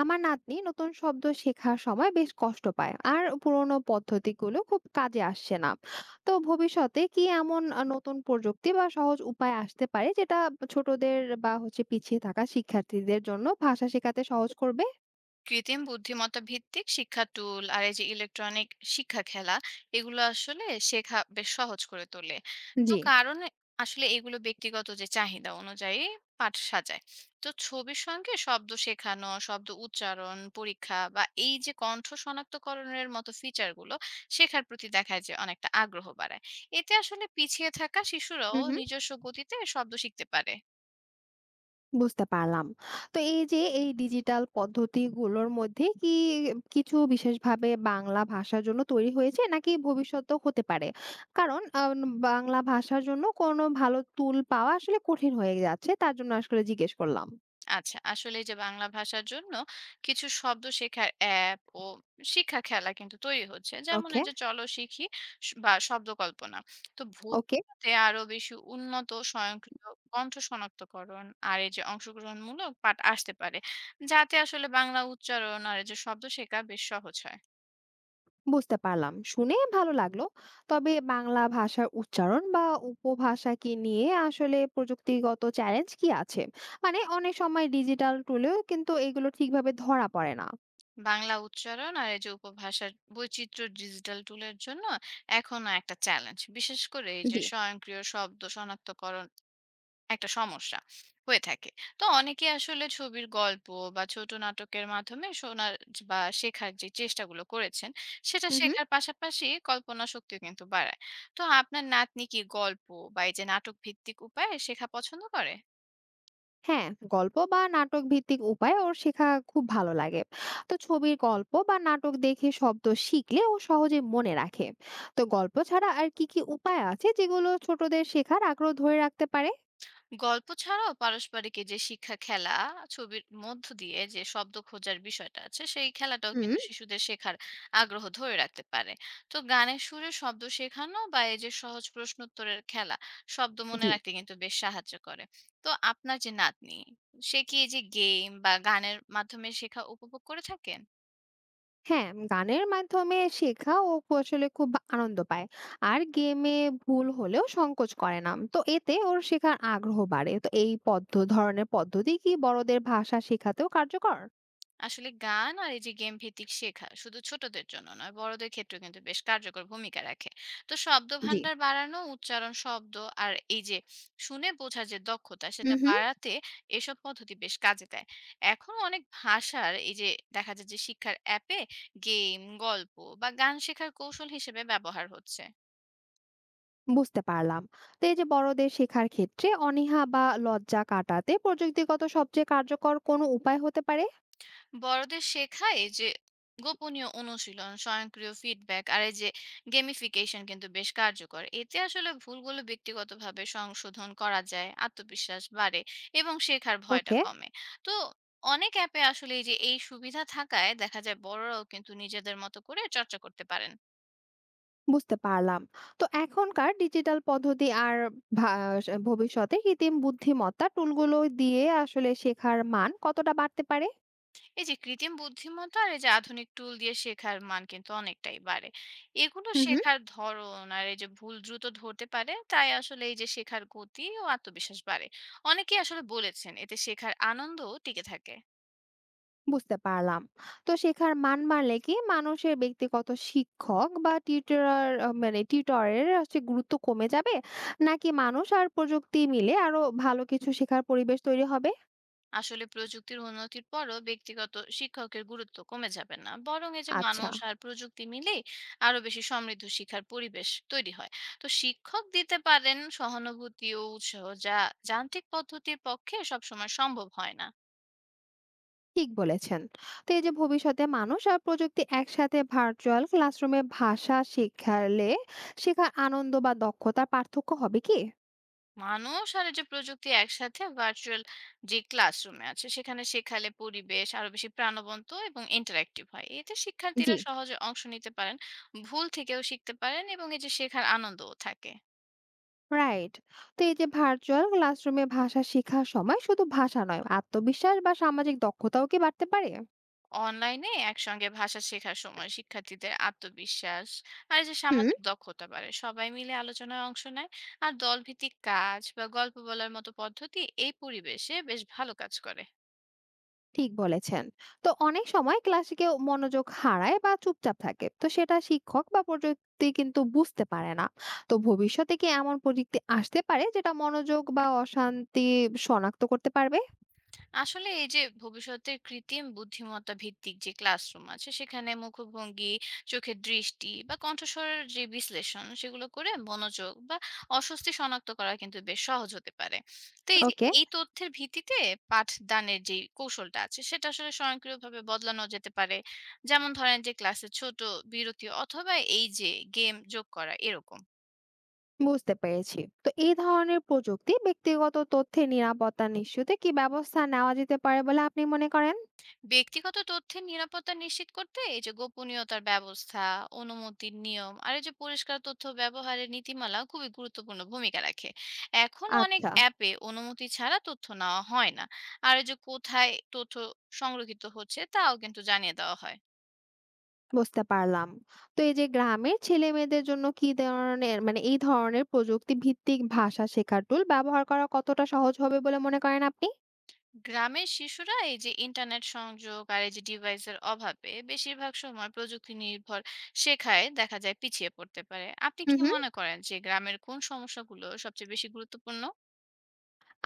আমার নাতনি নতুন শব্দ শেখার সময় বেশ কষ্ট পায় আর পুরোনো পদ্ধতিগুলো খুব কাজে আসছে না। তো ভবিষ্যতে কি এমন নতুন প্রযুক্তি বা সহজ উপায় আসতে পারে যেটা ছোটদের বা হচ্ছে পিছিয়ে থাকা শিক্ষার্থীদের জন্য ভাষা শেখাতে সহজ করবে? কৃত্রিম বুদ্ধিমত্তা ভিত্তিক শিক্ষা টুল আর এই যে ইলেকট্রনিক শিক্ষা খেলা এগুলো আসলে শেখা বেশ সহজ করে তোলে। তো জি। কারণ আসলে এগুলো ব্যক্তিগত যে চাহিদা অনুযায়ী পাঠ সাজায়। তো ছবির সঙ্গে শব্দ শেখানো, শব্দ উচ্চারণ পরীক্ষা বা এই যে কণ্ঠ শনাক্তকরণের মতো ফিচারগুলো শেখার প্রতি দেখায় যে অনেকটা আগ্রহ বাড়ায়। এতে আসলে পিছিয়ে থাকা শিশুরাও হুম হুম। নিজস্ব গতিতে শব্দ শিখতে পারে। বুঝতে পারলাম। তো এই যে এই ডিজিটাল পদ্ধতিগুলোর মধ্যে কি কিছু বিশেষভাবে বাংলা ভাষার জন্য তৈরি হয়েছে নাকি ভবিষ্যতেও হতে পারে? কারণ বাংলা ভাষার জন্য কোনো ভালো টুল পাওয়া আসলে কঠিন হয়ে যাচ্ছে। তার জন্য আসলে জিজ্ঞেস করলাম। আচ্ছা, আসলে এই যে বাংলা ভাষার জন্য কিছু শব্দ শেখার অ্যাপ ও শিক্ষা খেলা কিন্তু তৈরি হচ্ছে, যেমন এই ওকে, যে চলো শিখি, বা শব্দ কল্পনা। তো ওকে। ভবিষ্যতে আরো বেশি উন্নত স্বয়ংক্রিয় কণ্ঠ শনাক্তকরণ আর এই যে অংশগ্রহণমূলক পাঠ আসতে পারে, যাতে আসলে বাংলা উচ্চারণ আর এই যে শব্দ শেখা বেশ সহজ হয়। বুঝতে পারলাম। শুনে ভালো লাগলো। তবে বাংলা ভাষার উচ্চারণ বা উপভাষাকে নিয়ে আসলে প্রযুক্তিগত চ্যালেঞ্জ কি আছে? মানে অনেক সময় ডিজিটাল টুলেও কিন্তু এগুলো ঠিকভাবে ধরা পড়ে না। বাংলা উচ্চারণ আর এই যে উপভাষার বৈচিত্র্য ডিজিটাল টুলের জন্য এখনো একটা চ্যালেঞ্জ, বিশেষ করে এই যে জি। স্বয়ংক্রিয় শব্দ শনাক্তকরণ একটা সমস্যা হয়ে থাকে। তো অনেকে আসলে ছবির গল্প বা ছোট নাটকের মাধ্যমে শোনার বা শেখার যে চেষ্টাগুলো করেছেন, সেটা হুম হুম। শেখার পাশাপাশি কল্পনা শক্তিও কিন্তু বাড়ায়। তো আপনার নাতনি কি গল্প বা এই যে নাটক ভিত্তিক উপায়ে শেখা পছন্দ করে? হ্যাঁ, গল্প বা নাটক ভিত্তিক উপায়ে ওর শেখা খুব ভালো লাগে। তো ছবির গল্প বা নাটক দেখে শব্দ শিখলে ও সহজে মনে রাখে। তো গল্প ছাড়া আর কি কি উপায় আছে যেগুলো ছোটদের শেখার আগ্রহ ধরে রাখতে পারে? গল্প ছাড়াও পারস্পরিক এই যে শিক্ষা খেলা, ছবির মধ্য দিয়ে যে শব্দ খোঁজার বিষয়টা আছে সেই খেলাটাও হুম। কিন্তু শিশুদের শেখার আগ্রহ ধরে রাখতে পারে। তো গানের সুরে শব্দ শেখানো বা এই যে সহজ প্রশ্ন উত্তরের খেলা শব্দ মনে জি। রাখতে কিন্তু বেশ সাহায্য করে। তো আপনার যে নাতনি, সে কি এই যে গেম বা গানের মাধ্যমে শেখা উপভোগ করে থাকে? হ্যাঁ, গানের মাধ্যমে শেখা ও কৌশলে খুব আনন্দ পায়। আর গেমে ভুল হলেও সংকোচ করে না। তো এতে ওর শেখার আগ্রহ বাড়ে। তো এই ধরনের পদ্ধতি কি বড়দের ভাষা শেখাতেও কার্যকর? আসলে গান আর এই যে গেম ভিত্তিক শেখা শুধু ছোটদের জন্য নয়, বড়দের ক্ষেত্রে কিন্তু বেশ কার্যকর ভূমিকা রাখে। তো শব্দ জি। ভান্ডার বাড়ানো, উচ্চারণ, শব্দ আর এই যে শুনে বোঝার যে দক্ষতা, সেটা হুম হুম। বাড়াতে এসব পদ্ধতি বেশ কাজে দেয়। এখন অনেক ভাষার এই যে দেখা যায় যে শিক্ষার অ্যাপে গেম, গল্প বা গান শেখার কৌশল হিসেবে ব্যবহার হচ্ছে। বুঝতে পারলাম। তো এই যে বড়দের শেখার ক্ষেত্রে অনীহা বা লজ্জা কাটাতে প্রযুক্তিগত সবচেয়ে কার্যকর কোনো উপায় হতে পারে? বড়দের শেখায় যে গোপনীয় অনুশীলন, স্বয়ংক্রিয় ফিডব্যাক আর এই যে গেমিফিকেশন কিন্তু বেশ কার্যকর। এতে আসলে ভুলগুলো ব্যক্তিগতভাবে সংশোধন করা যায়, আত্মবিশ্বাস বাড়ে এবং শেখার ভয়টা ওকে। কমে। তো অনেক অ্যাপে আসলে এই সুবিধা থাকায় দেখা যায় বড়রাও কিন্তু নিজেদের মতো করে চর্চা করতে পারেন। বুঝতে পারলাম। তো এখনকার ডিজিটাল পদ্ধতি আর ভা- ভবিষ্যতে কৃত্রিম বুদ্ধিমত্তা টুলগুলো দিয়ে আসলে শেখার মান কতটা বাড়তে পারে? এই যে কৃত্রিম বুদ্ধিমত্তা আর এই যে আধুনিক টুল দিয়ে শেখার মান কিন্তু অনেকটাই বাড়ে। এগুলো হুম হুম। শেখার ধরন আর এই যে ভুল দ্রুত ধরতে পারে, তাই আসলে এই যে শেখার গতি ও আত্মবিশ্বাস বাড়ে। অনেকেই আসলে বলেছেন এতে শেখার আনন্দও টিকে থাকে। বুঝতে পারলাম। তো শেখার মান বাড়লে কি মানুষের ব্যক্তিগত শিক্ষক বা টিউটরার আ মানে টিউটরের হচ্ছে গুরুত্ব কমে যাবে? নাকি মানুষ আর প্রযুক্তি মিলে আরো ভালো কিছু শেখার পরিবেশ তৈরি হবে? আসলে প্রযুক্তির উন্নতির পরও ব্যক্তিগত শিক্ষকের গুরুত্ব কমে যাবে না, বরং এই যে আচ্ছা। মানুষ আর প্রযুক্তি মিলে আরো বেশি সমৃদ্ধ শিক্ষার পরিবেশ তৈরি হয়। তো শিক্ষক দিতে পারেন সহানুভূতি ও উৎসাহ, যা যান্ত্রিক পদ্ধতির পক্ষে সবসময় সম্ভব হয় না। ঠিক বলেছেন। তো এই যে ভবিষ্যতে মানুষ আর প্রযুক্তি একসাথে ভার্চুয়াল ক্লাসরুমে ভাষা শেখালে শেখার আনন্দ বা দক্ষতার পার্থক্য হবে কি? মানুষ আর এই যে প্রযুক্তি একসাথে ভার্চুয়াল যে ক্লাসরুমে আছে সেখানে শেখালে পরিবেশ আরো বেশি প্রাণবন্ত এবং ইন্টারেক্টিভ হয়, এতে শিক্ষার্থীরা জি। সহজে অংশ নিতে পারেন, ভুল থেকেও শিখতে পারেন এবং এই যে শেখার আনন্দও থাকে। রাইট। তো এই যে ভার্চুয়াল ক্লাসরুমে ভাষা শেখার সময় শুধু ভাষা নয় আত্মবিশ্বাস বা সামাজিক দক্ষতাও কি বাড়তে পারে? অনলাইনে একসঙ্গে ভাষা শেখার সময় শিক্ষার্থীদের আত্মবিশ্বাস আর এই যে হুম। সামাজিক দক্ষতা বাড়ে, সবাই মিলে আলোচনায় অংশ নেয়। আর দলভিত্তিক কাজ বা গল্প বলার মতো পদ্ধতি এই পরিবেশে বেশ ভালো কাজ করে। ঠিক বলেছেন। তো অনেক সময় ক্লাসে কেউ মনোযোগ হারায় বা চুপচাপ থাকে। তো সেটা শিক্ষক বা প্রযুক্তি কিন্তু বুঝতে পারে না। তো ভবিষ্যতে কি এমন প্রযুক্তি আসতে পারে যেটা মনোযোগ বা অশান্তি শনাক্ত করতে পারবে? আসলে এই যে ভবিষ্যতের কৃত্রিম বুদ্ধিমত্তা ভিত্তিক যে ক্লাসরুম আছে সেখানে মুখভঙ্গি, চোখের দৃষ্টি বা কণ্ঠস্বরের যে বিশ্লেষণ, সেগুলো করে মনোযোগ বা অস্বস্তি শনাক্ত করা কিন্তু বেশ সহজ হতে পারে। তো ওকে। এই তথ্যের ভিত্তিতে পাঠদানের যে কৌশলটা আছে সেটা আসলে স্বয়ংক্রিয়ভাবে বদলানো যেতে পারে, যেমন ধরেন যে ক্লাসে ছোট বিরতি অথবা এই যে গেম যোগ করা, এরকম। বুঝতে পেরেছি। তো এই ধরনের প্রযুক্তি ব্যক্তিগত তথ্যের নিরাপত্তা নিশ্চিতে কি ব্যবস্থা নেওয়া যেতে পারে বলে আপনি মনে করেন? ব্যক্তিগত তথ্যের নিরাপত্তা নিশ্চিত করতে এই যে গোপনীয়তার ব্যবস্থা, অনুমতির নিয়ম আর এই যে পরিষ্কার তথ্য ব্যবহারের নীতিমালা খুবই গুরুত্বপূর্ণ ভূমিকা রাখে। এখন অনেক আচ্ছা। অ্যাপে অনুমতি ছাড়া তথ্য নেওয়া হয় না, আর এই যে কোথায় তথ্য সংরক্ষিত হচ্ছে তাও কিন্তু জানিয়ে দেওয়া হয়। বুঝতে পারলাম। তো এই যে গ্রামের ছেলেমেয়েদের জন্য কি ধরনের মানে এই ধরনের প্রযুক্তি ভিত্তিক ভাষা শেখার টুল ব্যবহার করা কতটা সহজ হবে বলে মনে করেন আপনি? গ্রামের শিশুরা এই যে ইন্টারনেট সংযোগ আর এই যে ডিভাইসের অভাবে বেশিরভাগ সময় প্রযুক্তি নির্ভর শেখায় দেখা যায় পিছিয়ে পড়তে পারে। আপনি হুম, কি হুম। মনে করেন যে গ্রামের কোন সমস্যাগুলো সবচেয়ে বেশি গুরুত্বপূর্ণ?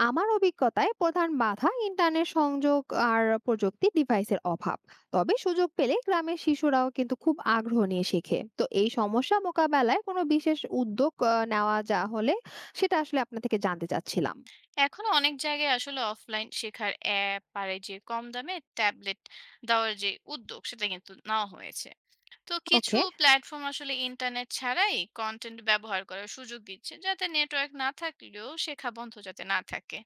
আমার অভিজ্ঞতায় প্রধান বাধা ইন্টারনেট সংযোগ আর প্রযুক্তি ডিভাইসের অভাব। তবে সুযোগ পেলে গ্রামের শিশুরাও কিন্তু খুব আগ্রহ নিয়ে শেখে। তো এই সমস্যা মোকাবেলায় কোনো বিশেষ উদ্যোগ নেওয়া যা হলে সেটা আসলে আপনার থেকে জানতে চাচ্ছিলাম। এখন অনেক জায়গায় আসলে অফলাইন শেখার অ্যাপ আর এই যে কম দামে ট্যাবলেট দেওয়ার যে উদ্যোগ, সেটা কিন্তু নেওয়া হয়েছে। তো কিছু ওকে। প্ল্যাটফর্ম আসলে ইন্টারনেট ছাড়াই কন্টেন্ট ব্যবহার করার সুযোগ দিচ্ছে, যাতে নেটওয়ার্ক না থাকলেও শেখা বন্ধ যাতে না থাকে।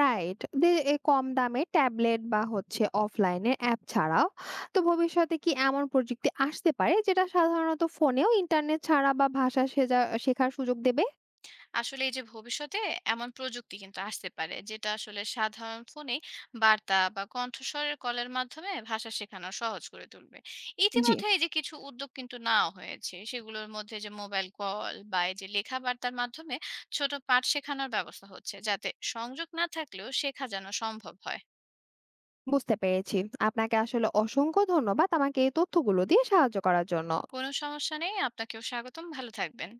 রাইট। দে এ কম দামে ট্যাবলেট বা হচ্ছে অফলাইনের অ্যাপ ছাড়াও তো ভবিষ্যতে কি এমন প্রযুক্তি আসতে পারে যেটা সাধারণত ফোনেও ইন্টারনেট ছাড়া বা ভাষা শেখার সুযোগ দেবে? আসলে এই যে ভবিষ্যতে এমন প্রযুক্তি কিন্তু আসতে পারে যেটা আসলে সাধারণ ফোনে বার্তা বা কণ্ঠস্বরের কলের মাধ্যমে ভাষা শেখানো সহজ করে তুলবে। জি। ইতিমধ্যে এই যে কিছু উদ্যোগ কিন্তু নেওয়া হয়েছে, সেগুলোর মধ্যে যে মোবাইল কল বা এই যে লেখা বার্তার মাধ্যমে ছোট পাঠ শেখানোর ব্যবস্থা হচ্ছে, যাতে সংযোগ না থাকলেও শেখা যেন সম্ভব হয়। বুঝতে পেরেছি। আপনাকে আসলে অসংখ্য ধন্যবাদ আমাকে এই তথ্যগুলো দিয়ে সাহায্য করার জন্য। কোনো সমস্যা নেই, আপনাকেও স্বাগতম। ভালো থাকবেন।